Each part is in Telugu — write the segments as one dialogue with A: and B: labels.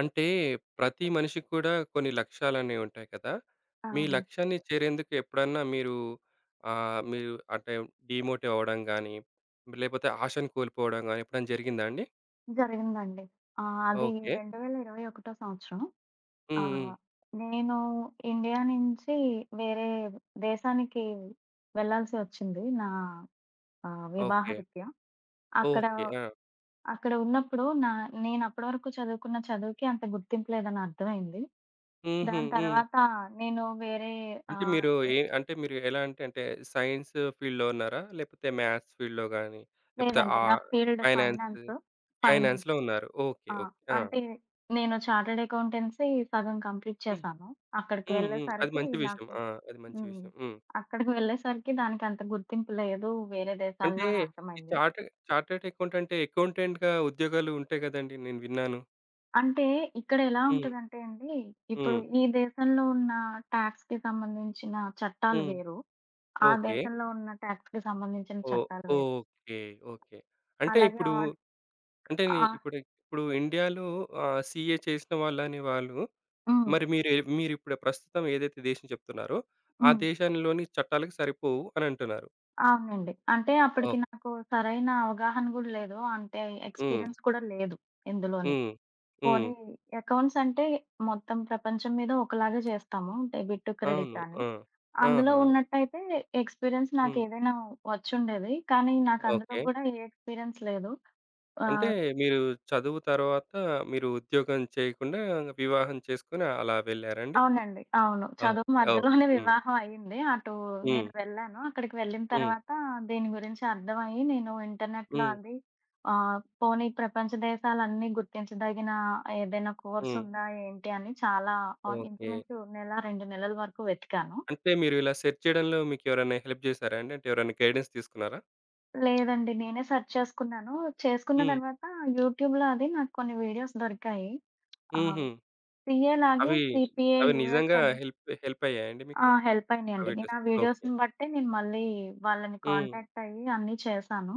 A: అంటే ప్రతి మనిషికి కూడా కొన్ని లక్ష్యాలనేవి ఉంటాయి కదా! మీ
B: అవును.
A: లక్ష్యాన్ని చేరేందుకు ఎప్పుడన్నా మీరు మీరు అంటే డీమోటివ్ అవ్వడం గానీ, లేపోతే ఆశను కోల్పోవడం గానీ ఎప్పుడైనా జరిగిందా అండి?
B: జరిగిందండి. అది
A: ఓకే.
B: 2021 సంవత్సరం.
A: హ్మ్. హ్మ్.
B: ఆహ్, నేను ఇండియా నుంచి వేరే దేశానికి వెళ్ళాల్సి వచ్చింది. నా
A: ఓకే.
B: వివాహరీత్యా. అక్కడ
A: ఓకే. ఆ!
B: అక్కడ ఉన్నప్పుడు నేను అప్పటివరకు చదువుకున్న చదువుకి అంత గుర్తింపు లేదని అర్థమైంది.
A: హుహు.
B: దాని
A: హ్మ్.
B: తర్వాత నేను వేరే
A: అంటే
B: ఆహ్,
A: మీరు
B: ఎ
A: ఏ అంటే మీరు ఎలా అంటే, అంటే సైన్స్ ఫీల్డ్‌లో ఉన్నారా? లేపోతే మ్యాథ్స్ ఫీల్డ్‌లో గానీ, లేపోతే
B: లేదండి.
A: ఆ
B: నా ఫీల్డ్
A: ఫైనాన్స్,
B: ఫైనాన్స్. ఫైనాన్స్.
A: ఫైనాన్స్‌లో ఉన్నారు. ఓకే.
B: ఆ!
A: ఓకే. ఆ!
B: అంటే నేను చార్టర్డ్ అకౌంటెన్సీ సగం కంప్లీట్
A: హ్మ్.
B: చేశాను. అక్కడికి
A: హ్మ్. హ్మ్. అది
B: వెళ్ళేసరికి
A: మంచి విషయం.
B: నాకు
A: ఆ! అది మంచి
B: హ్మ్.
A: విషయం. హ్మ్.
B: అక్కడికి వెళ్ళేసరికి దానికంత గుర్తింపు లేదు వేరే దేశాల్లో
A: అంటే
B: అని
A: ఈ
B: అర్థమైంది.
A: చార్ట్ చార్టర్డ్ అకౌంట్ అంటే అకౌంటెంట్‌గా ఉద్యోగాలు ఉంటాయి గదండీ! నేను విన్నాను.
B: అంటే ఇక్కడ ఎలా
A: హ్మ్.
B: ఉంటదంటే అండి, ఇప్పుడు
A: హ్మ్.
B: ఈ దేశంలో ఉన్న టాక్స్‌కి సంబంధించిన చట్టాలు
A: హ్మ్.
B: వేరు. ఆ
A: ఓకే.
B: దేశంలో ఉన్న టాక్స్‌కి సంబంధించిన
A: ఓ
B: చట్టాలు వేరు.
A: ఓకే. ఓకే. అంటే
B: అలాగే
A: ఇప్పుడు
B: ఆట్
A: అంటే నే
B: ఆ!
A: ఇప్పుడు ఇప్పుడు ఇండియాలో సీఏ చేసిన వాళ్ళనే వాళ్ళు
B: హ్మ్.
A: మరి మీరు మీరిప్పుడు ప్రస్తుతం ఏదైతే దేశం చెప్తున్నారో, ఆ
B: హ్మ్.
A: దేశంలోని చట్టాలకు సరిపోవు అని అంటున్నారు.
B: అవునండి. అంటే అప్పటికి
A: ఓహ్!
B: నాకు సరైన అవగాహన గూడా లేదు. అంటే
A: హ్మ్.
B: ఎక్స్‌పీరియన్స్ కూడా లేదు ఎందులోని.
A: హ్మ్. హ్మ్.
B: పోనీ అకౌంట్స్ అంటే మొత్తం ప్రపంచం మీద ఒకలాగే చేస్తాము. డెబిట్, క్రెడిట్
A: అవును.
B: అని.
A: ఆ!
B: అందులో
A: ఆహా!
B: ఉన్నట్టయితే ఎక్స్‌పీరియన్స్
A: హ్మ్.
B: నాకేదైనా వచ్చుండేది. కానీ నాకు అందులో
A: ఓకే.
B: గూడా ఏ ఎక్స్‌పీరియన్స్ లేదు.
A: అంటే
B: ఆహ్,
A: మీరు చదువు తర్వాత మీరు ఉద్యోగం చేయకుండా వివాహం చేసుకొని అలా వెళ్లారండి?
B: అవునండి. అవును. చదువు
A: ఓకే. ఓకే.
B: మధ్యలోనే
A: హ్మ్.
B: వివాహం అయింది. అటు
A: హ్మ్.
B: నేను వెళ్ళాను. అక్కడికి వెళ్ళిన
A: హ్మ్.
B: తర్వాత దీని గురించి అర్థమయ్యి నేను ఇంటర్నెట్‌లో
A: హ్మ్.
B: అది పోనీ ప్రపంచ దేశాలన్నీ గుర్తించదగిన ఏదైనా
A: హ్మ్.
B: కోర్సుందా ఏంటి అని చాలా
A: ఓకే.
B: ఇంచుమించు నెల, 2 నెలల వరకు వెతికాను.
A: అంటే మీరు ఇలా సెర్చ్ చేయడంలో మీకెవరైనా హెల్ప్ చేసారా అండి? అంటే ఎవరైనా గైడెన్స్ తీసుకున్నారా?
B: లేదండి. నేనే సెర్చ్ చేసుకున్నాను. చేసుకున్న
A: హ్మ్.
B: తర్వాత యూట్యూబ్‌లో అది నాకు కొన్ని వీడియోస్ దొరికాయి. ఆహ్,
A: హుహు.
B: సీఏ లాగే
A: అవి
B: సీపీఏ
A: అవి
B: యూఎస్
A: నిజంగా
B: అని
A: హెల్ప్ హెల్ప్ అయ్యాయండి మీకు?
B: ఆ! హెల్ప్ అయినాయండి.
A: అవి
B: నేను ఆ
A: టెస్ట్ ఓకే.
B: వీడియోస్‌ని బట్టే నేను మళ్ళీ వాళ్ళని
A: హ్మ్.
B: కాంటాక్ట్ అయ్యి అన్నీ చేశాను.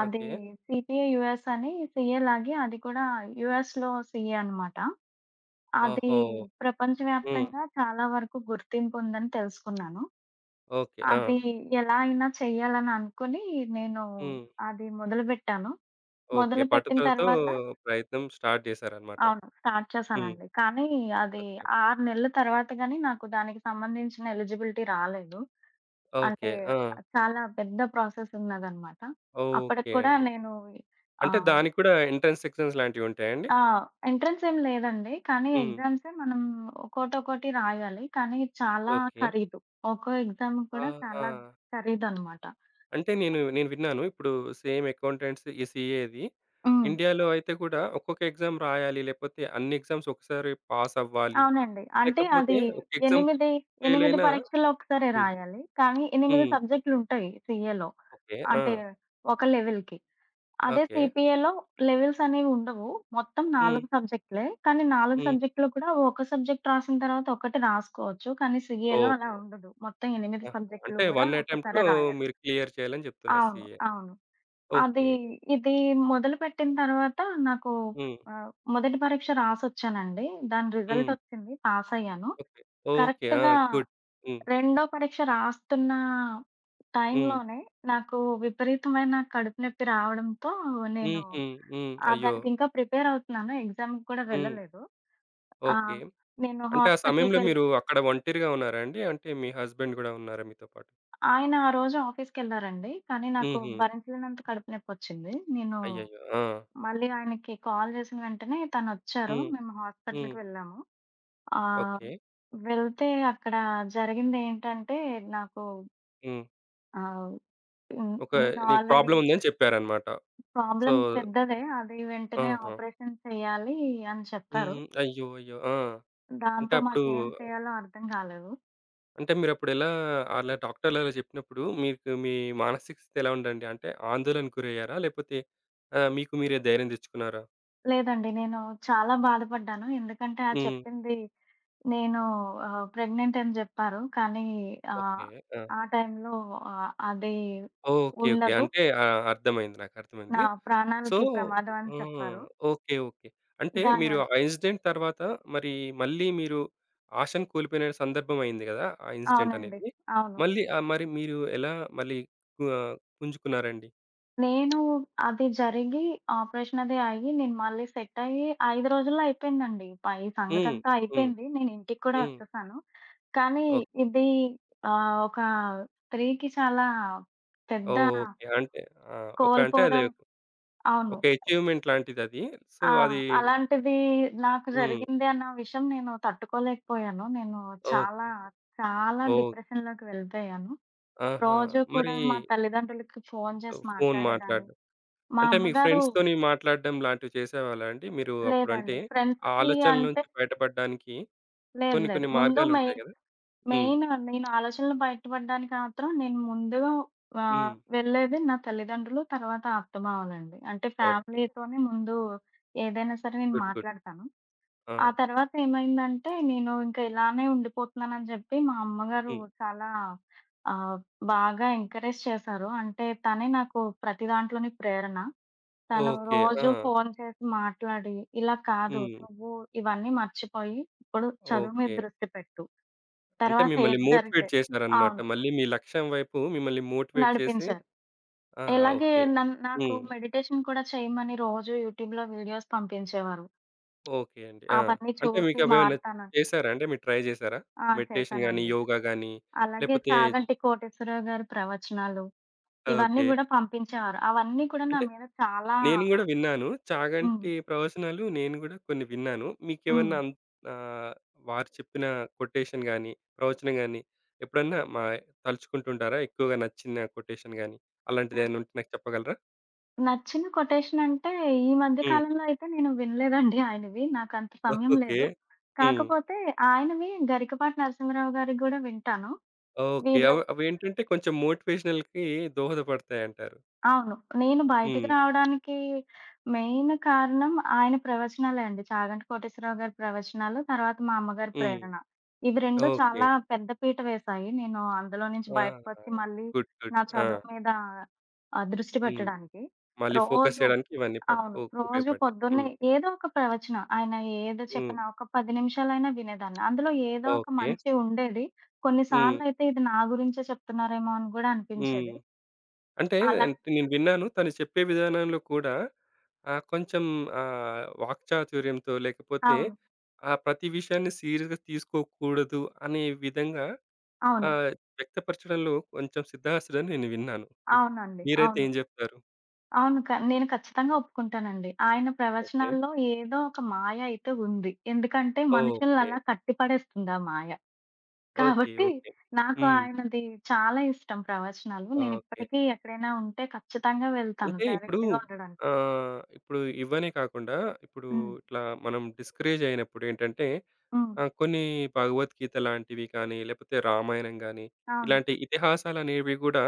B: అది
A: ఓకే.
B: సీపీఏ యూఎస్ అని సీఏ లాగే అది కూడా యూఎస్‌లో సీఏ అనమాట. అది
A: ఓహో! హ్మ్.
B: ప్రపంచవ్యాప్తంగా చాలా వరకు గుర్తింపు ఉందని తెలుసుకున్నాను.
A: ఓకే. ఆ!
B: అది ఎలా అయినా చేయాలని అనుకుని నేను
A: హ్మ్.
B: అది మొదలుపెట్టాను.
A: ఓకే.
B: మొదలుపెట్టిన
A: పట్టుదలతో
B: తర్వాత
A: ప్రయత్నం స్టార్ట్ చేశారన్నమాట.
B: అవును. స్టార్ట్
A: హ్మ్.
B: చేశానండి. కానీ అది
A: ఓకే.
B: 6 నెలల తర్వాత గాని నాకు దానికి సంబంధించిన ఎలిజిబిలిటీ రాలేదు.
A: ఓకే.
B: అంటే
A: ఆ!
B: చాలా పెద్ద ప్రాసెస్ ఉన్నదనమాట. అప్పటికి
A: ఓకే
B: కూడా
A: అండి.
B: నేను
A: అంటే
B: ఆహ్,
A: దానికి కూడా ఎంట్రన్స్ ఎగ్జామ్స్ లాంటివుంటాయా అండి?
B: ఆ! ఎంట్రన్స్ ఏం లేదండి. కానీ
A: హ్మ్.
B: ఎగ్జామ్సే మనం ఒక్కోటొక్కోటి రాయాలి. కానీ చాలా
A: ఓకే.
B: ఖరీదు. ఒక్కో ఎగ్జామ్ కూడా
A: ఆహా!
B: చాలా ఖరీదనమాట.
A: అంటే నేను నేను విన్నాను. ఇప్పుడు సేమ్ అకౌంటెంట్స్ ఈ సీఏది
B: హ్మ్.
A: ఇండియాలో అయితే కూడా ఒక్కొక్క ఎగ్జామ్ రాయాలి. లేకపోతే అన్ని ఎగ్జామ్స్ ఒకసారి పాస్ అవ్వాలి.
B: అవునండి. అంటే అది
A: లేకపోతే ఒక ఎగ్జామ్
B: 8,
A: ఫెయిల్
B: 8
A: అయినా
B: పరీక్షలు ఒకసారే
A: హ్మ్.
B: రాయాలి. కానీ 8
A: హ్మ్.
B: సబ్జెక్టులుంటాయి సీఏలో.
A: ఓకే. ఆ!
B: అంటే ఒక లెవెల్‌కి. అదే
A: ఓకే.
B: సీపీఏలో లెవెల్స్ అనేవి ఉండవు. మొత్తం
A: హ్మ్.
B: 4 సబ్జెక్టులే. కానీ 4
A: హ్మ్.
B: సబ్జెక్టులు కూడా ఒక సబ్జెక్ట్ రాసిన తర్వాత ఒకటి రాసుకోవచ్చు. కానీ సీఏలో అలా
A: ఓకే.
B: ఉండదు. మొత్తం 8
A: ఆహా!
B: సబ్జెక్టులు
A: అంటే 1
B: గూడా
A: అటెంప్ట్‌లో
B: ఒక్కసారే రాయాలి.
A: మీరు క్లియర్ చేయాలని చెప్తున్నారు
B: అవును.
A: సీఏ.
B: అవును. అది
A: ఓకే.
B: ఇది మొదలుపెట్టిన తర్వాత నాకు
A: హ్మ్.
B: మొదటి పరీక్ష రాసొచ్చానండి. దాని
A: హ్మ్.
B: రిజల్ట్ ఒచ్చింది. పాసయ్యాను.
A: ఓకే. ఓకే. ఆ!
B: కరెక్ట్‌గా
A: గుడ్. హ్మ్.
B: రెండో పరీక్ష రాస్తున్న
A: హ్మ్.
B: టైంలోనే నాకు విపరీతమైన కడుపు నొప్పి రావడంతో నేను
A: హుహు. హ్మ్. అయ్యో!
B: దానికింకా ప్రిపేర్ అవుతున్నాను. ఎగ్జామ్‌కి కూడా
A: హ్మ్.
B: వెళ్ళలేదు.
A: ఓకే.
B: ఆహ్, నేను
A: అంటే ఆ
B: హాస్పిటల్‌కి
A: సమయంలో
B: వెళ్
A: మీరు అక్కడ ఒంటరిగా ఉన్నారా అండి? అంటే మీ హస్బెండ్ గూడా ఉన్నారా మీతో పాటు?
B: ఆయన ఆ రోజు ఆఫీస్‌కెళ్లారండి. కానీ నాకు
A: హుహు.
B: భరించలేనంత కడుపు నొప్పొచ్చింది. నేను
A: అయ్యయ్యో! ఆ!
B: మళ్ళీ ఆయనకి కాల్ చేసిన వెంటనే తనొచ్చారు.
A: హ్మ్.
B: మేము
A: హ్మ్.
B: హాస్పిటల్‌కి వెళ్ళాము. ఆహ్,
A: ఓకే.
B: వెళ్తే అక్కడ జరిగిందేంటంటే నాకు
A: హ్మ్.
B: ఆహ్ హ్మ్.
A: ఒక
B: నేను
A: నీకు
B: ఆల్రెడీ
A: ప్రాబ్లమ్ ఉందని చెప్పారన్నమాట. సో
B: ప్రాబ్లమ్ పెద్దదే. అది వెంటనే
A: ఆహా!
B: ఆపరేషన్ చేయాలి అని చెప్పారు.
A: హ్మ్. అయ్యో! అయ్యో! ఆ! అంటే
B: దాంతో
A: అప్పుడు
B: మాకేం చేయాలో అర్థం కాలేదు.
A: అంటే మీరప్పుడు ఎలా అలా డాక్టర్లు అలా చెప్పినప్పుడు మీకు మీ మానసిక స్థితి ఎలా ఉందండి? అంటే ఆందోళనకు గురయ్యారా? లేకపోతే మీకు మీరే ధైర్యం తెచ్చుకున్నారా?
B: లేదండి. నేను చాలా బాధపడ్డాను. ఎందుకంటే ఆ
A: హ్మ్.
B: చెప్పింది నేను ప్రెగ్నెంట్ అని జెప్పారు. కానీ
A: ఓకే.
B: ఆహ్,
A: ఆ!
B: ఆ టైంలో అది
A: ఓకే. ఓకే.
B: ఉండదు.
A: అంటే ఆ! అర్థమైంది.
B: నా
A: నాకర్థమైంది. సో
B: ప్రాణాలకి ప్రమాదం అని
A: హ్మ్.
B: చెప్పారు.
A: ఓకే. ఓకే. అంటే మీరు
B: దానివల్ల
A: ఆ ఇన్సిడెంట్ తర్వాత మరి మళ్ళీ మీరు ఆశను కోల్పోయిన సందర్భం అయింది గదా! ఆ ఇన్సిడెంట్
B: అవునండి.
A: అనేది.
B: అవును.
A: మళ్ళీ మరి మీరు ఎలా మళ్ళీ కు పుంజుకున్నారండి?
B: నేను అది జరిగి, ఆపరేషన్ అది అయ్యి, నేను మళ్ళీ సెట్ అయ్యి 5 రోజుల్లో అయిపోయిందండి. ప ఈ
A: హ్మ్.
B: సంగతంతా
A: హ్మ్.
B: అయిపోయింది. నేను ఇంటికి కూడా
A: హ్మ్.
B: వచ్చేసాను. కానీ
A: ఓకే.
B: ఇది ఒక స్త్రీకి చాలా పెద్ద
A: ఓకే. అంటే ఆ! ఒక అంటే అది
B: కోల్పోవడం అవును.
A: ఒక అచీవ్‌మెంట్ లాంటిదది. సో,
B: ఆ!
A: అది
B: అలాంటిది నాకు
A: హ్మ్.
B: జరిగింది అన్న విషయం నేను తట్టుకోలేకపోయాను. నేను
A: ఓకే.
B: చాలా, చాలా
A: ఓహ్!
B: డిప్రెషన్‌లోకి వెళ్ళిపోయాను.
A: ఆహా!
B: రోజు కూడా
A: మరి
B: మా తల్లిదండ్రులకి ఫోను చేసి
A: ఫోను
B: మాట్లాడేదాన్ని.
A: మాట్లాడడం.
B: మా
A: అంటే మీ
B: అమ్మగారు
A: ఫ్రెండ్స్‌తోని మాట్లాడడం లాంటివి చేసేవాళ్ళా అండి? మీరు అప్పుడు అంటే,
B: లేదండి.
A: ఆ
B: ఫ్రెండ్స్‌కి
A: ఆలోచనల
B: అంటే
A: నుంచి బయటపడడానికి
B: లేదు
A: కొన్ని
B: లేదు.
A: కొన్ని
B: ముందు మెయి
A: మార్గాలుంటాయి గదా! హ్మ్.
B: మెయిన్ నేను ఆలోచనలు బయటపడడానికి మాత్రం నేను ముందుగా
A: హ్మ్.
B: వెళ్ళేది నా తల్లిదండ్రులు, తర్వాత అత్తమామలండి. అంటే
A: ఓకే.
B: ఫ్యామిలీతోనే ముందు ఏదైనా సరే నేను
A: గుడ్. గుడ్.
B: మాట్లాడతాను.
A: ఆ!
B: ఆ తర్వాత ఏమైందంటే, నేను ఇంక ఇలానే ఉండిపోతున్నానని జెప్పి మా అమ్మగారు
A: హ్మ్.
B: చాలా ఆహ్, బాగా ఎంకరేజ్ చేశారు. అంటే తనే నాకు ప్రతి దాంట్లోని ప్రేరణ. తను
A: ఓకే. ఆ!
B: రోజు ఫోను చేసి మాట్లాడి, "ఇలా కాదు
A: హ్మ్.
B: నువ్వు ఇవన్నీ మర్చిపోయి, ఇప్పుడు చదువు మీద
A: ఓకే.
B: దృష్టి పెట్టు.
A: అంటే
B: తర్వాత
A: మిమ్మల్ని
B: ఏది
A: మోటివేట్
B: జరిగితే"
A: చేసారన్నమాట.
B: అవును.
A: మళ్ళీ మీ లక్ష్యం వైపు మిమ్మల్ని మోటివేట్ చేసి
B: నడిపించారు.
A: ఆ!
B: ఇలాగే
A: ఓకే.
B: నాకు
A: హ్మ్.
B: మెడిటేషన్ కూడా చేయమని రోజు యూట్యూబ్‌లో వీడియోస్ పంపించేవారు.
A: ఓకే అండి. ఆ!
B: అవన్నీ
A: అంటే
B: చూసి
A: మీకవేమన్నా
B: మారుతానని
A: చేసారా అండి? మీరు ట్రై జేసారా?
B: ఆ!
A: మెడిటేషన్ గాని,
B: చేశానండి.
A: యోగా గాని
B: అలాగే
A: లేపోతే
B: 'చాగంటి కోటేశ్వరరావు' గారి ప్రవచనాలు, ఇవన్నీ
A: ఓకే.
B: గూడా పంపించేవారు. అవన్నీ కూడా నా
A: అంటే
B: మీద చాలా
A: నేను గూడా
B: ఆహ్,
A: విన్నాను.
B: హ్మ్.
A: చాగంటి ప్రవచనాలు నేను గూడా కొన్ని విన్నాను.
B: హ్మ్.
A: మీకేమన్నా అన్ ఆహ్, వారు చెప్పిన కొటేషన్ గాని, ప్రవచనం గాని ఎప్పుడన్నా మా తలుచుకుంటుంటారా? ఎక్కువగా నచ్చిన కొటేషన్ గాని అలాంటిదేమైనా ఉంటే నాకు చెప్పగలరా?
B: నచ్చిన కొటేషన్ అంటే, ఈ మధ్య
A: హ్మ్.
B: కాలంలో అయితే నేను వినలేదండి ఆయనవి. నాకంత సమయం
A: ఓకే.
B: లేదు.
A: హ్మ్.
B: కాకపోతే ఆయనవి 'గరికపాటి నరసింహరావు' గారివి గూడా వింటాను.
A: ఓకే.
B: వీళ్ళు
A: అవి అవేంటంటే కొంచెం మోటివేషనల్‌కి దోహదపడతాయంటారు.
B: అవును. నేను బయటికి
A: హ్మ్.
B: రావడానికి మెయిన్ కారణం ఆయన ప్రవచనాలే అండి. 'చాగంటి కోటేశ్వరరావు' గారి ప్రవచనాలు, తర్వాత మా అమ్మగారి
A: హ్మ్.
B: ప్రేరణ. ఇవి 2
A: ఓకే.
B: చాలా పెద్ద పీట వేశాయి. నేను అందులో నుంచి
A: ఆ!
B: బయటకొచ్చి మళ్ళీ
A: గుడ్. గుడ్.
B: నా
A: ఆ!
B: చదువు మీద దృష్టి
A: హ్మ్.
B: పెట్టడానికి.
A: మళ్ళీ ఫోకస్
B: రోజు
A: చేయడానికి ఇవన్నీ పడ్డాయి.
B: అవును.
A: ఓ
B: రోజు
A: ఉపయోగపడ్డాయి.
B: పొద్దున్నే
A: హ్మ్.
B: ఏదో ఒక ప్రవచనం ఆయన ఏది
A: హ్మ్.
B: చెప్పినా ఒక 10 నిమిషాలైనా వినేదాన్ని. అందులో ఏదో ఒక
A: ఓకే.
B: మంచి ఉండేది.
A: హ్మ్.
B: కొన్నిసార్లయితే ఇది నా గురించే చెప్తున్నారేమో అని గూడా
A: హ్మ్.
B: అనిపించేది.
A: అంటే
B: అలా
A: అంటే నేను విన్నాను. తను చెప్పే విధానంలో కూడా కొంచెం వాక్చాతుర్యంతో లేకపోతే
B: అవును.
A: ప్రతి విషయాన్ని సీరియస్‌గా తీసుకోకూడదు అనే విధంగా
B: అవును.
A: ఆహ్, వ్యక్తపరచడంలో కొంచెం సిద్ధహస్తుడని నేను విన్నాను. హ్మ్.
B: అవునండి.
A: మీరైతే
B: అవును.
A: ఏం జెప్తారు?
B: అవును. నేను ఖచ్చితంగా ఒప్పుకుంటానండి. ఆయన
A: ఓకే.
B: ప్రవచనాల్లో ఏదో ఒక మాయ అయితే ఉంది. ఎందుకంటే మనుషుల్ని
A: ఓకే.
B: అలా కట్టిపడేస్తుంది ఆ మాయ.
A: ఓకే.
B: కాబట్టి
A: ఓకే.
B: నాకు
A: హ్మ్.
B: ఆయనది చాలా ఇష్టం ప్రవచనాలు.
A: ఓకే.
B: నేనిప్పటికీ ఎక్కడైనా ఉంటే ఖచ్చితంగా వెళ్తాను
A: అంటే ఇప్పుడు
B: డైరెక్ట్‌గా ఉండడానికి.
A: ఇప్పుడు ఇవ్వనే కాకుండా ఇప్పుడు
B: హ్మ్.
A: ఇట్లా మనం డిస్కరేజ్ అయినప్పుడు ఏంటంటే
B: హ్మ్.
A: ఆ! కొన్ని భగవద్గీత లాంటివి కానీ, లేకపోతే రామాయణం గాని,
B: అవును.
A: ఇలాంటి ఇతిహాసాలనేవి గూడా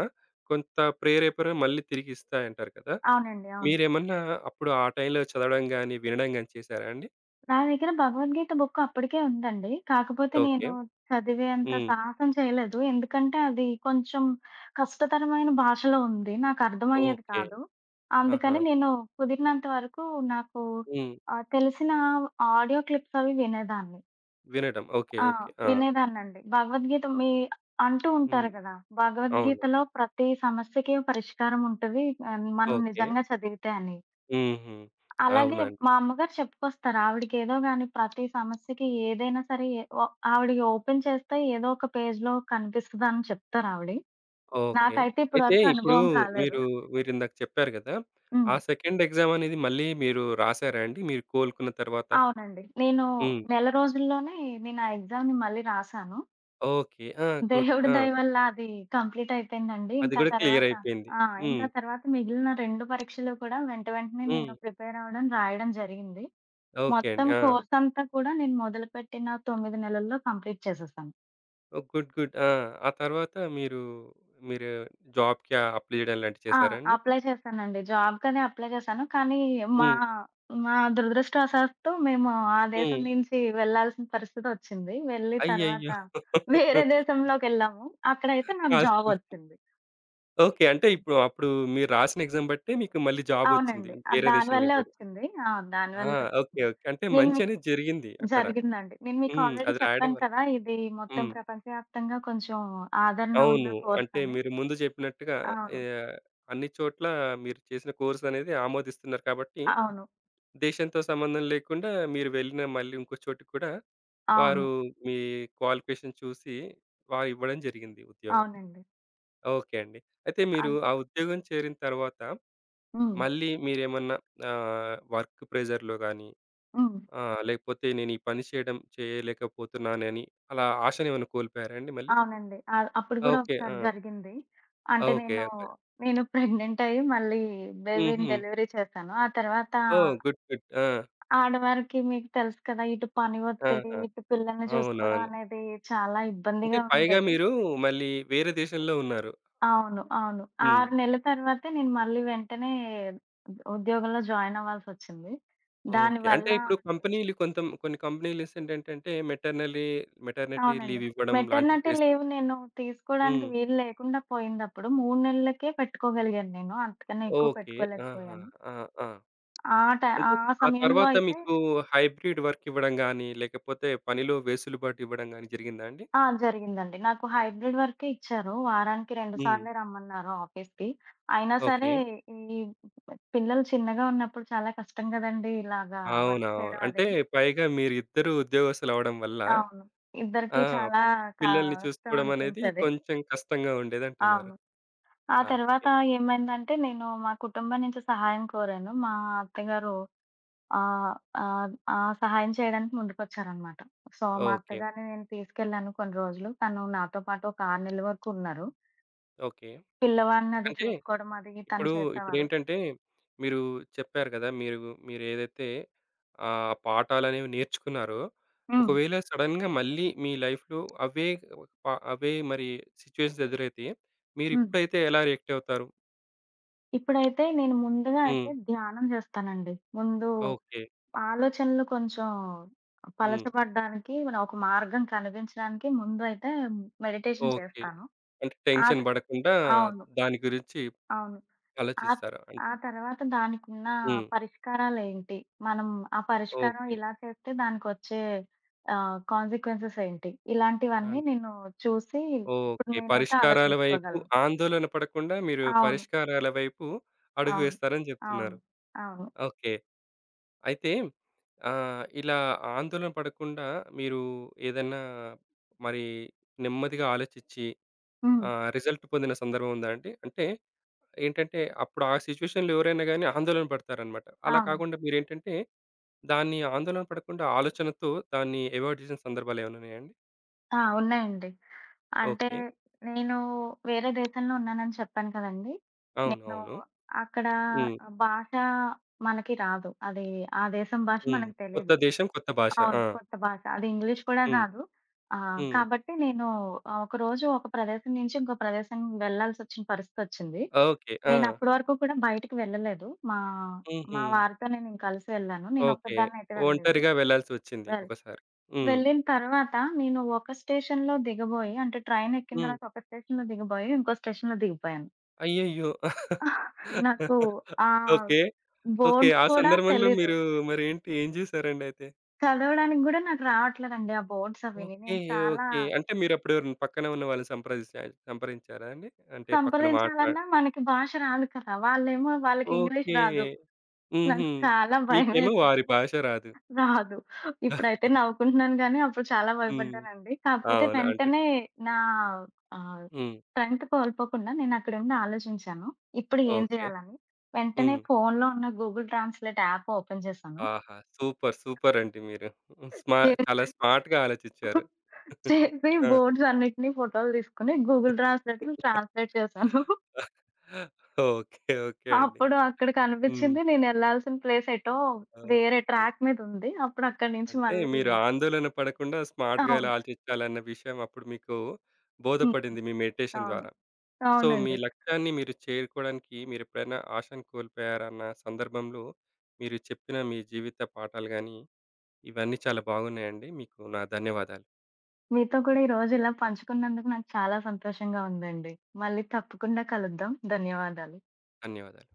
A: కొంత ప్రేరేపణ మళ్ళీ తిరిగిస్తాయంటారు కదా!
B: అవునండి. అవును.
A: మీరేమన్నా అప్పుడు ఆ టైంలో చదవడం గాని, వినడం గాని చేశారా అండి?
B: నా దగ్గర భగవద్గీత బుక్ అప్పటికే ఉందండి. కాకపోతే
A: ఓకే.
B: నేను చదివేంత
A: హ్మ్.
B: సాహసం చేయలేదు. ఎందుకంటే అది కొంచెం కష్టతరమైన భాషలో ఉంది. నాకర్థమయ్యేది
A: ఓకే.
B: కాదు.
A: ఆహా!
B: అందుకని నేను కుదిరినంత వరకు నాకు
A: హ్మ్.
B: తెలిసిన ఆడియో క్లిప్స్ అవి వినేదాన్ని.
A: వినడం. ఓకే.
B: ఆ!
A: ఓకే. ఆ!
B: వినేదాన్నండి. భగవద్గీత మీ అంటూ
A: హ్మ్.
B: ఉంటారు గదా!
A: అవును.
B: భగవద్గీతలో ప్రతి సమస్యకి పరిష్కారం ఉంటది. మనం
A: ఓకే.
B: నిజంగా చదివితే అని.
A: హుహు.
B: అలాగే
A: అవునండి.
B: మా అమ్మగారు చెప్పుకొస్తారు. ఆవిడకేదో గాని ప్రతి సమస్యకి ఏదైనా సరే ఎ ఒ ఆవిడకి ఓపెన్ చేస్తే ఏదో ఒక పేజ్‌లో కనిపిస్తదని చెప్తారావిడి.
A: ఓకే.
B: నాకైతే ఇప్పటి
A: అయితే
B: వరకు
A: ఇప్పుడు
B: అనుభవం కాలేదు.
A: మీరు మీరిందాక చెప్పారు గదా!
B: హ్మ్.
A: ఆ సెకండ్ ఎగ్జామనేది మళ్ళీ మీరు రాసారా అండి? మీరు కోలుకున్న తర్వాత?
B: అవునండి. నేను
A: హ్మ్.
B: నెల రోజుల్లోనే నేను ఆ ఎగ్జామ్‌ని మళ్ళీ రాసాను.
A: ఓకే. ఆ! గుడ్.
B: దేవుడి
A: ఆ!
B: దయ వల్ల అది కంప్లీట్ అయిపోయిందండి.
A: అది
B: ఇంకా
A: గూడా
B: తర్వాత
A: క్లియరయిపోయింది.
B: ఆ!
A: హ్మ్.
B: ఇంకా తర్వాత మిగిలిన 2 పరీక్షలు కూడా వెంట వెంటనే
A: హ్మ్.
B: నేను ప్రిపేర్ అవ్వడం, రాయడం జరిగింది.
A: ఓకే
B: మొత్తం
A: అండి. ఆ!
B: కోర్స్ అంతా కూడా నేను మొదలుపెట్టిన 9 నెలల్లో కంప్లీట్ చేసేసాను.
A: ఓహ్! గుడ్. గుడ్. ఆ! ఆ తర్వాత మీరు, మీరు జాబ్‌కి అప్లై చేయడం లాంటివి
B: ఆ!
A: చేసారా అండి?
B: అప్లై చేశానండి. జాబ్‌కని అప్లై చేశాను. కానీ మా
A: హ్మ్.
B: మా దురదృష్టవశాత్తు మేము ఆ దేశం
A: హ్మ్.
B: నుంచి వెళ్ళాల్సిన పరిస్థితొచ్చింది. వెళ్ళి తర్వాత
A: అయ్యయ్యో!
B: వేరే దేశంలోకెళ్ళాము. అక్కడైతే నాకు
A: కాదు.
B: జాబొచ్చింది.
A: ఓకే. అంటే ఇప్పుడు అప్పుడు మీరు రాసిన ఎగ్జామ్ బట్టే మీకు మళ్ళీ జాబొచ్చింది.
B: అవునండి.
A: వేరే
B: దాని
A: దేశంలో
B: వల్లే
A: గూడా.
B: వచ్చింది. ఆ! దాని
A: ఆ!
B: వల్లే
A: ఓకే.
B: వచ్చింది.
A: ఓకే. అంటే
B: నేను మీకు
A: మంచనేది జరిగింది అక్కడ.
B: జరిగిందండి. నేను మీకు
A: హ్మ్.
B: ఆల్రెడీ
A: అది రాయడం
B: చెప్పాను
A: వల్ల.
B: కదా! ఇది మొత్తం
A: హ్మ్.
B: ప్రపంచవ్యాప్తంగా కొంచెం ఆదరణ ఉన్న
A: అవును. అంటే
B: కోర్సని.
A: మీరు ముందు చెప్పినట్టుగా
B: అవును.
A: ఆహ్, అన్ని చోట్ల మీరు చేసిన కోర్స్ అనేది ఆమోదిస్తున్నారు కాబట్టి,
B: అవును.
A: దేశంతో సంబంధం లేకుండా మీరు వెళ్ళిన మళ్ళీ ఇంకో చోటికి కూడా వారు
B: అవును.
A: మీ క్వాలిఫికేషన్ చూసి వారు ఇవ్వడం జరిగింది ఉద్యోగం.
B: అవునండి.
A: ఓకే అండి. అయితే మీరు
B: అన్
A: ఆ ఉద్యోగం చేరిన తర్వాత
B: హ్మ్.
A: మళ్ళీ మీరేమన్నా వర్క్ ప్రెషర్‌లో గాని
B: హ్మ్.
A: లేకపోతే నేను ఈ పని చేయడం చేయలేకపోతున్నానని అలా ఆశనేమైనా కోల్పోయారా అండి మళ్ళీ?
B: అవునండి. అప్పుడు గూడా
A: ఓకే. ఆ!
B: ఒకసారి జరిగింది. అంటే
A: ఓకే.
B: నేను,
A: ఓకే.
B: నేను ప్రెగ్నెంట్ అయ్యి మళ్ళీ బేబీని
A: హుహు.
B: డెలివరీ చేశాను. ఆ తర్వాత
A: ఓహ్! గుడ్. గుడ్. ఆ!
B: ఆడవారికి మీకు తెలుసు కదా! ఇటు పని ఒత్తిడి,
A: ఆహా!
B: ఇటు పిల్లల్ని చూసుకోవడం
A: అవునవును.
B: అనేది చాలా
A: అంటే
B: ఇబ్బందిగా
A: పైగా
B: ఉండేది.
A: మీరు మళ్ళీ వేరే దేశంలో ఉన్నారు.
B: అవును. అవును.
A: హ్మ్.
B: 6 నెలల తర్వాతే నేను మళ్ళీ వెంటనే ఉద్యోగంలో జాయిన్ అవ్వాల్సొచ్చింది.
A: ఓకే. అంటే
B: దానివల్ల
A: ఇప్పుడు కంపెనీలు కొంత కొన్ని కంపెనీలేంటంటే మెటర్నలీ మెటర్నిటీ
B: అవునండి.
A: లీవ్ ఇవ్వడం లాంటివి
B: మెటర్నిటీ లీవ్
A: చేస్తుంటాయి.
B: నేను తీసుకోడానికి
A: హ్మ్.
B: వీలు లేకుండా పోయిందప్పుడు 3 నెలలకే పెట్టుకోగలిగాను నేను. అంతకన్నా ఎక్కువ
A: ఓకే. ఆహా!
B: పెట్టుకోలేకపోయాను.
A: ఆ! ఆ! అంటే
B: ఆ
A: ఆ
B: సమయంలో
A: తర్వాత
B: అయితే
A: మీకు హైబ్రిడ్ వర్క్ ఇవ్వడం గాని, లేకపోతే పనిలో వెసులుబాటు ఇవ్వడం గాని జరిగిందా అండి?
B: ఆ! జరిగిందండి. నాకు హైబ్రిడ్ వర్కే ఇచ్చారు. వారానికి 2
A: హ్మ్.
B: సార్లే రమ్మన్నారు ఆఫీస్‌కి. అయినా
A: ఓకే.
B: సరే ఈ పిల్లలు చిన్నగా ఉన్నప్పుడు చాలా కష్టం గదండీ! ఇలాగా వర్క్
A: అవునవును.
B: చేయడం
A: అంటే
B: అదని.
A: పైగా మీరిద్దరూ ఉద్యోగస్తులవ్వడం వల్ల
B: అవును.
A: ఆ!
B: ఇద్దరికీ చాలా
A: పిల్లల్ని
B: కష్టం
A: చూసుకోవడం అనేది
B: అనిపించేది.
A: కొంచెం కష్టంగా ఉండేదంటున్నారు.
B: అవును. ఆ
A: ఆ!
B: తర్వాత
A: ఓకే.
B: ఏమైందంటే, నేను మా కుటుంబం నుంచి సహాయం కోరాను. మా అత్తగారు ఆహ్, ఆహ్, ఆ సహాయం చేయడానికి ముందుకొచ్చారనమాట. సో, మా
A: ఓకే.
B: అత్తగారిని నేను తీసుకెళ్ళాను కొన్ని రోజులు. తను నాతో పాటు ఒక 6 నెలల వరకు ఉన్నారు.
A: ఓకే.
B: పిల్లవాడిని అది
A: అంటే
B: చూసుకోవడం అది తను
A: ఇప్పుడు
B: చేసేవారు.
A: ఇప్పుడేంటంటే మీరు చెప్పారు కదా! మీరు మీరేదైతే పాఠాలనేవి నేర్చుకున్నారో,
B: హ్మ్.
A: ఒకవేళ సడెన్‌గా మళ్ళీ మీ లైఫ్‌లో అవే ప అవే మరి సిట్యుయేషన్స్ ఎదురైతే మీరు
B: హ్మ్.
A: ఇప్పుడైతే ఎలా రియాక్ట్ అవుతారు?
B: ఇప్పుడైతే నేను ముందుగా
A: హ్మ్.
B: అయితే ధ్యానం చేస్తానండి. ముందు
A: ఓకే.
B: ఆలోచనలు కొంచెం
A: హ్మ్.
B: పలచబడ్డానికి ఒక మార్గం కనిపించడానికి ముందు అయితే మెడిటేషన్
A: ఓకే.
B: చేస్తాను.
A: అంటే
B: ఆ త
A: టెన్షన్ పడకుండా
B: అవును.
A: దాని గురించి
B: అవును. ఆ
A: ఆలోచిస్తారు. అన్
B: ఆ తర్వాత దానికున్న
A: హ్మ్.
B: పరిష్కారాలేంటి? మనం ఆ పరిష్కారం
A: ఓకే.
B: ఇలా చేస్తే దానికొచ్చే కాన్సీక్వెన్సెస్ ఏంటి? ఇలాంటివన్నీ
A: అండ్
B: నేను చూసి ఇప్పుడు
A: ఓకే.
B: నేనైతే
A: పరిష్కారాల వైపు
B: ఆలోచించుకోగలను.
A: ఆందోళన పడకుండా మీరు
B: అవును.
A: పరిష్కారాల వైపు అడుగు
B: అవును.
A: వేస్తారని
B: అవును.
A: జెప్తున్నారు.
B: అవును.
A: ఓకే. అయితే ఇలా ఆందోళన పడకుండా మీరు ఏదన్నా మరి నెమ్మదిగా ఆలోచిచ్చి
B: హ్మ్.
A: రిజల్ట్ పొందిన సందర్భం ఉందా అండి? అంటే ఏంటంటే అప్పుడు ఆ సిట్యుయేషన్‌లో ఎవరైనా గాని ఆందోళన పడతారనమాట. అలా
B: అవును.
A: కాకుండా మీరేంటంటే దాన్ని ఆందోళన పడకుండా ఆలోచనతో దాన్ని అవాయిడ్ జేసిన సందర్భాలేమైనా ఉన్నాయండి?
B: ఆ! ఉన్నాయండి. అంటే
A: ఓకే.
B: నేను వేరే దేశంలో ఉన్నానని చెప్పాను కదండీ! నేను
A: అవునవును.
B: అక్కడ
A: హ్మ్.
B: భాష మనకి రాదు. అది ఆ దేశం భాష
A: హ్మ్.
B: మనకు
A: కొత్త
B: తెలీదు.
A: దేశం, కొత్త భాష. ఆ!
B: అవును. కొత్త భాష. అది ఇంగ్లీష్ కూడా
A: హ్మ్.
B: కాదు.
A: హ్మ్.
B: కాబట్టి నేను ఒకరోజు ఒక ప్రదేశం నుంచి ఇంకో ప్రదేశానికి వెళ్ళాల్సొచ్చిన పరిస్థితొచ్చింది.
A: ఓకే. ఆ!
B: నేను అప్పటి వరకు కూడా బయటికి వెళ్ళలేదు. మా
A: హుహు.
B: మా వారితో నేను ఇంక కలిసి వెళ్ళాను.
A: ఓకే.
B: నేనొక్కదాన్నయితే వెళ్ళలేదు.
A: ఒంటరిగా వెళ్ళాల్సొచ్చింది
B: వెల్
A: ఒకసారి. హ్మ్.
B: వెళ్ళిన తర్వాత నేను ఒక స్టేషన్‌లో దిగబోయి అంటే ట్రైన్ ఎక్కిన
A: హ్మ్.
B: తర్వాత ఒక స్టేషన్‌లో దిగబోయి, ఇంకో స్టేషన్‌లో దిగిపోయాను.
A: అయ్యయ్యో!
B: నాకు ఆ
A: ఓకే. ఓకే.
B: బోర్డ్స్
A: ఆ
B: కూడా
A: సందర్భంలో
B: తెలీదు.
A: మీరు మరేంటి ఏం చేశారండి అయితే?
B: చదవడానికి గూడా నాకు రావట్లేదండి ఆ బోర్డ్స్ అవిని.
A: ఓకే.
B: నేను చాలా
A: ఓకే. అంటే మీరప్పుడు ఎవరైనా పక్కన ఉన్న వాళ్ళని సంప్రదించా సంప్రదించారా అండి? అంటే పక్కన మాట్లా
B: సంప్రదించాలన్నా మనకి భాష రాదు కదా! వాళ్ళేమో వాళ్ళకి ఇంగ్లీష్
A: ఓకే.
B: రాదు.
A: హుహు.
B: నాకు చాలా
A: మీకేమో వారి
B: భయమేసింది.
A: భాష రాదు.
B: రాదు. ఇప్పుడైతే నవ్వుకుంటున్నాను గానీ, అప్పుడు చాలా
A: హ్మ్.
B: భయపడ్డానండి. కాకపోతే
A: అవును. అంటే
B: వెంటనే నా ఆహ్,
A: హ్మ్.
B: స్ట్రెంత్ కోల్పోకుండా నేనక్కడుండి ఆలోచించాను. ఇప్పుడు ఏం
A: ఓకే.
B: చేయాలని? వెంటనే
A: హ్మ్.
B: ఫోన్‌లో ఉన్న గూగుల్ ట్రాన్స్‌లేట్ యాప్ ఓపెన్ చేశాను.
A: ఆహా! సూపర్. సూపర్ అండి మీరు. స్మా
B: చేసి
A: చాలా స్మార్ట్‌గా ఆలోచించారు.
B: చేసి
A: ఆ!
B: బోర్డ్స్ అన్నిటిని ఫోటోలు తీసుకొని గూగుల్ ట్రాన్స్‌లేట్‌లో ట్రాన్స్‌లేట్ చేశాను.
A: ఓకే. ఓకే అండి.
B: అప్పుడు అక్కడ
A: హ్మ్.
B: కనిపించింది. నేనెళ్ళాల్సిన ప్లేస్ ఎటో వేరే
A: ఓకే.
B: ట్రాక్ మీదుంది. అప్పుడు అక్కడి నుంచి
A: అంటే
B: మళ్ళీ
A: మీరు ఆందోళన పడకుండా స్మార్ట్‌గా ఎలా
B: అవును.
A: ఆలోచించాలన్న విషయం అప్పుడు మీకు
B: హ్మ్.
A: బోధపడింది మీ మెడిటేషన్
B: అవును.
A: ద్వారా. సో, మీ
B: అవునండి.
A: లక్ష్యాన్ని మీరు చేరుకోవడానికి మీరెప్పుడైనా ఆశను కోల్పోయారన్న సందర్భంలో మీరు చెప్పిన మీ జీవిత పాఠాలు గాని, ఇవన్నీ చాలా బాగున్నాయండి. మీకు నా ధన్యవాదాలు.
B: మీతో కూడా ఈరోజు ఇలా పంచుకున్నందుకు నాకు చాలా సంతోషంగా ఉందండి. మళ్ళీ తప్పకుండా కలుద్దాం. ధన్యవాదాలు.
A: ధన్యవాదాలు.